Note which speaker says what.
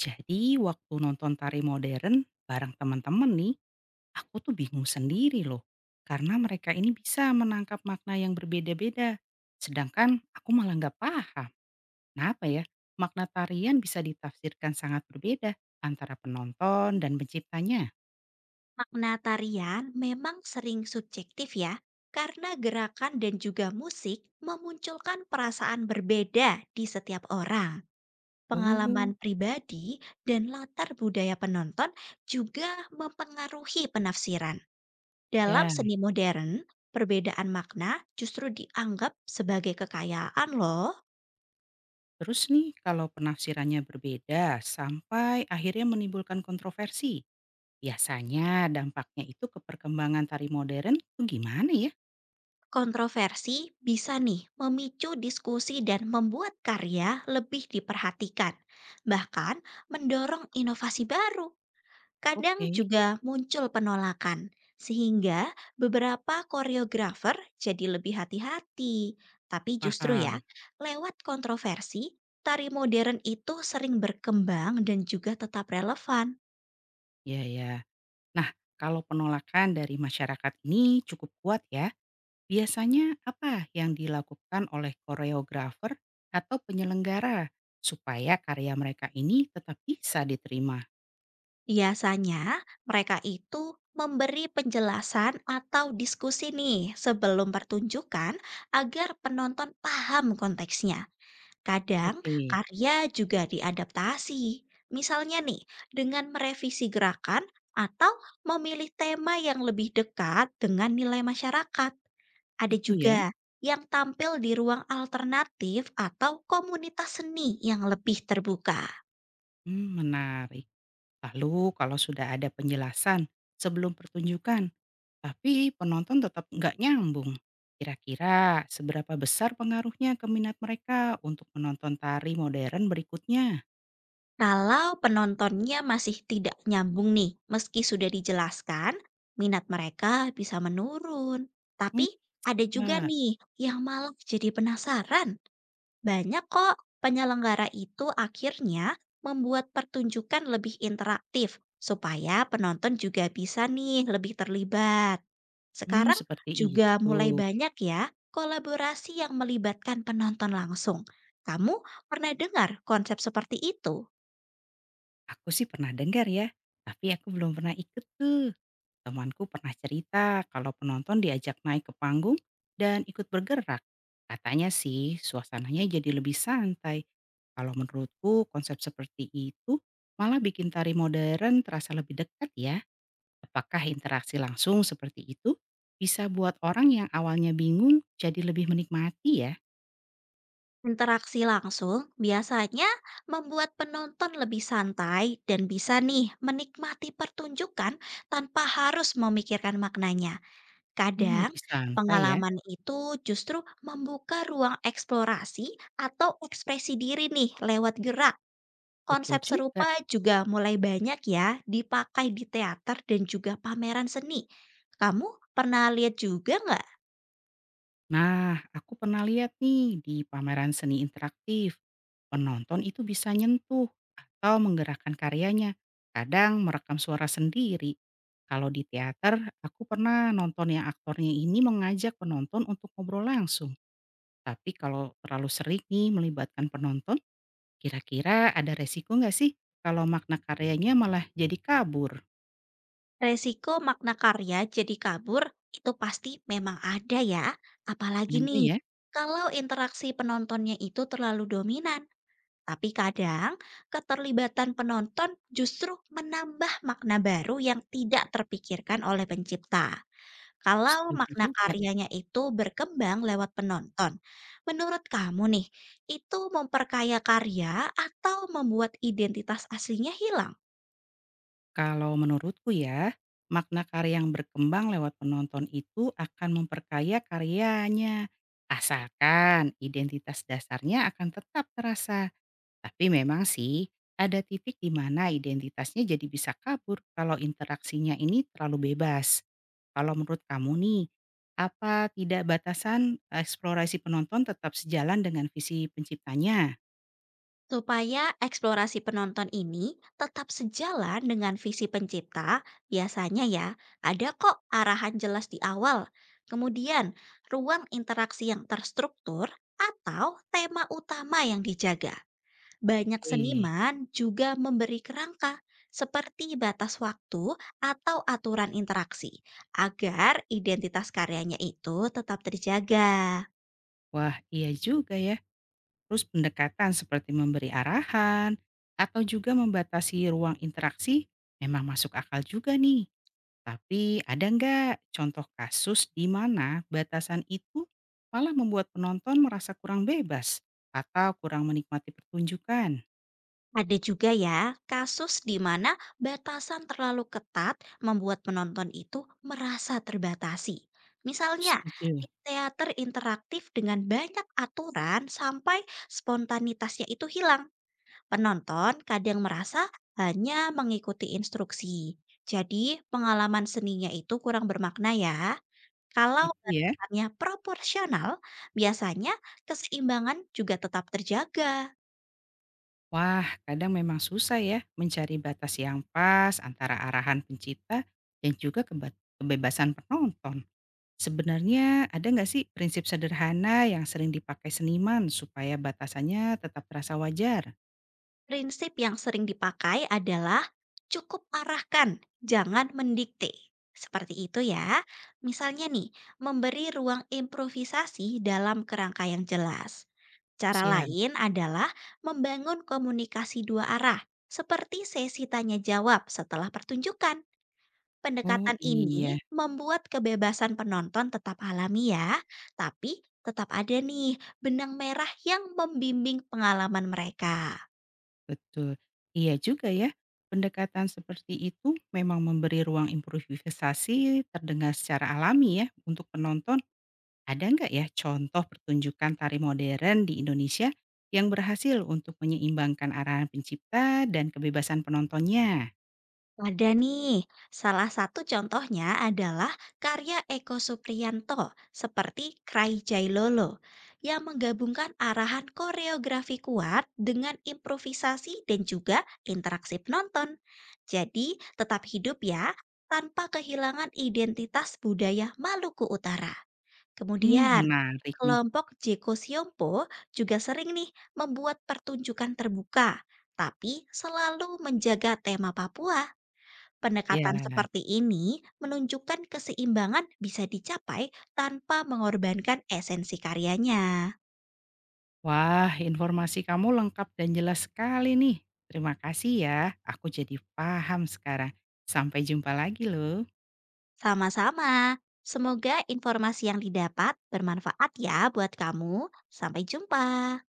Speaker 1: Jadi waktu nonton tari modern bareng teman-teman nih, aku tuh bingung sendiri loh. Karena mereka ini bisa menangkap makna yang berbeda-beda. Sedangkan aku malah nggak paham. Kenapa ya? Makna tarian bisa ditafsirkan sangat berbeda antara penonton dan penciptanya.
Speaker 2: Makna tarian memang sering subjektif ya, karena gerakan dan juga musik memunculkan perasaan berbeda di setiap orang. Pengalaman
Speaker 1: Oh.
Speaker 2: pribadi dan latar budaya penonton juga mempengaruhi penafsiran. Dalam
Speaker 1: Ya,
Speaker 2: seni modern, perbedaan makna justru dianggap sebagai kekayaan loh.
Speaker 1: terus nih kalau penafsirannya berbeda sampai akhirnya menimbulkan kontroversi. Biasanya dampaknya itu ke perkembangan tari modern tuh gimana ya?
Speaker 2: Kontroversi bisa nih memicu diskusi dan membuat karya lebih diperhatikan, bahkan mendorong inovasi baru. Kadang
Speaker 1: Oke,
Speaker 2: juga muncul penolakan, sehingga beberapa koreografer jadi lebih hati-hati. Tapi justru ya,
Speaker 1: paham.
Speaker 2: lewat kontroversi, tari modern itu sering berkembang dan juga tetap relevan.
Speaker 1: Iya ya. Nah, kalau penolakan dari masyarakat ini cukup kuat ya, biasanya apa yang dilakukan oleh koreografer atau penyelenggara supaya karya mereka ini tetap bisa diterima?
Speaker 2: Biasanya, mereka itu memberi penjelasan atau diskusi nih sebelum pertunjukan agar penonton paham konteksnya. Kadang,
Speaker 1: Oke,
Speaker 2: karya juga diadaptasi. Misalnya nih, dengan merevisi gerakan atau memilih tema yang lebih dekat dengan nilai masyarakat. Ada
Speaker 1: itu ya.
Speaker 2: juga yang tampil di ruang alternatif atau komunitas seni yang lebih terbuka.
Speaker 1: Hmm, menarik. Lalu kalau sudah ada penjelasan sebelum pertunjukan, tapi penonton tetap nggak nyambung. Kira-kira seberapa besar pengaruhnya ke minat mereka untuk menonton tari modern berikutnya?
Speaker 2: Kalau penontonnya masih tidak nyambung nih, meski sudah dijelaskan, minat mereka bisa menurun.
Speaker 1: Hmm,
Speaker 2: Tapi ada juga
Speaker 1: ya.
Speaker 2: nih yang malah jadi penasaran. Banyak kok penyelenggara itu akhirnya membuat pertunjukan lebih interaktif supaya penonton juga bisa nih lebih terlibat.
Speaker 1: Mmm,
Speaker 2: Sekarang
Speaker 1: seperti
Speaker 2: juga
Speaker 1: itu.
Speaker 2: mulai banyak ya kolaborasi yang melibatkan penonton langsung. Kamu pernah dengar konsep seperti itu?
Speaker 1: Aku sih pernah dengar ya, tapi aku belum pernah ikut tuh. Temanku pernah cerita kalau penonton diajak naik ke panggung dan ikut bergerak. Katanya sih suasananya jadi lebih santai. Kalau menurutku konsep seperti itu malah bikin tari modern terasa lebih dekat ya. Apakah interaksi langsung seperti itu bisa buat orang yang awalnya bingung jadi lebih menikmati ya?
Speaker 2: Interaksi langsung biasanya membuat penonton lebih santai dan bisa nih menikmati pertunjukan tanpa harus memikirkan maknanya.
Speaker 1: Mmm,
Speaker 2: Kadang,
Speaker 1: lebih santai ya,
Speaker 2: pengalaman itu justru membuka ruang eksplorasi atau ekspresi diri nih lewat gerak.
Speaker 1: betul
Speaker 2: Konsep
Speaker 1: juga.
Speaker 2: serupa juga mulai banyak ya dipakai di teater dan juga pameran seni. Kamu pernah lihat juga nggak?
Speaker 1: Nah, aku pernah lihat nih di pameran seni interaktif. Penonton itu bisa nyentuh atau menggerakkan karyanya, kadang merekam suara sendiri. Kalau di teater, aku pernah nonton yang aktornya ini mengajak penonton untuk ngobrol langsung. Tapi kalau terlalu sering nih melibatkan penonton, kira-kira ada resiko nggak sih kalau makna karyanya malah jadi kabur?
Speaker 2: Resiko makna karya jadi kabur itu pasti memang ada ya. Apalagi
Speaker 1: Ada
Speaker 2: nih,
Speaker 1: ya?
Speaker 2: kalau interaksi penontonnya itu terlalu dominan. Tapi kadang keterlibatan penonton justru menambah makna baru yang tidak terpikirkan oleh pencipta. Kalau
Speaker 1: Setuju
Speaker 2: makna
Speaker 1: juga.
Speaker 2: karyanya itu berkembang lewat penonton, menurut kamu nih, itu memperkaya karya atau membuat identitas aslinya hilang?
Speaker 1: Kalau menurutku ya, makna karya yang berkembang lewat penonton itu akan memperkaya karyanya. Asalkan identitas dasarnya akan tetap terasa. Tapi memang sih, ada titik di mana identitasnya jadi bisa kabur kalau interaksinya ini terlalu bebas. Kalau menurut kamu nih, apa tidak batasan eksplorasi penonton tetap sejalan dengan visi penciptanya?
Speaker 2: Supaya eksplorasi penonton ini tetap sejalan dengan visi pencipta, biasanya ya ada kok arahan jelas di awal. Kemudian, ruang interaksi yang terstruktur atau tema utama yang dijaga. Banyak
Speaker 1: Oke,
Speaker 2: seniman juga memberi kerangka seperti batas waktu atau aturan interaksi agar identitas karyanya itu tetap terjaga.
Speaker 1: wah iya juga ya. Terus pendekatan seperti memberi arahan atau juga membatasi ruang interaksi memang masuk akal juga nih. Tapi ada nggak contoh kasus di mana batasan itu malah membuat penonton merasa kurang bebas atau kurang menikmati pertunjukan?
Speaker 2: Ada juga ya kasus di mana batasan terlalu ketat membuat penonton itu merasa terbatasi. Misalnya,
Speaker 1: Setuju.
Speaker 2: di teater interaktif dengan banyak aturan sampai spontanitasnya itu hilang. Penonton kadang merasa hanya mengikuti instruksi. Jadi, pengalaman seninya itu kurang bermakna ya. Kalau
Speaker 1: Itu ya.
Speaker 2: batasannya proporsional, biasanya keseimbangan juga tetap terjaga.
Speaker 1: Wah, kadang memang susah ya mencari batas yang pas antara arahan pencipta dan juga kebebasan penonton. Sebenarnya ada nggak sih prinsip sederhana yang sering dipakai seniman supaya batasannya tetap terasa wajar?
Speaker 2: Prinsip yang sering dipakai adalah cukup arahkan, jangan mendikte. Seperti itu ya. Misalnya nih, memberi ruang improvisasi dalam kerangka yang jelas. Cara
Speaker 1: Siap.
Speaker 2: lain adalah membangun komunikasi dua arah, seperti sesi tanya jawab setelah pertunjukan.
Speaker 1: Oh
Speaker 2: Pendekatan
Speaker 1: iya,
Speaker 2: ini membuat kebebasan penonton tetap alami ya, tapi tetap ada nih benang merah yang membimbing pengalaman mereka.
Speaker 1: betul. Iya juga ya. Pendekatan seperti itu memang memberi ruang improvisasi terdengar secara alami ya untuk penonton. Ada nggak ya contoh pertunjukan tari modern di Indonesia yang berhasil untuk menyeimbangkan arahan pencipta dan kebebasan penontonnya?
Speaker 2: Ada nih, salah satu contohnya adalah karya Eko Supriyanto seperti Cry Jailolo yang menggabungkan arahan koreografi kuat dengan improvisasi dan juga interaksi penonton. Jadi tetap hidup ya, tanpa kehilangan identitas budaya Maluku Utara.
Speaker 1: Hmm,
Speaker 2: Kemudian,
Speaker 1: menarik nih.
Speaker 2: kelompok Jeko Siompo juga sering nih membuat pertunjukan terbuka, tapi selalu menjaga tema Papua.
Speaker 1: Ya.
Speaker 2: Pendekatan seperti ini menunjukkan keseimbangan bisa dicapai tanpa mengorbankan esensi karyanya.
Speaker 1: Wah, informasi kamu lengkap dan jelas sekali nih. Terima kasih ya, aku jadi paham sekarang. Sampai jumpa lagi loh.
Speaker 2: Sama-sama. Semoga informasi yang didapat bermanfaat ya buat kamu. Sampai jumpa.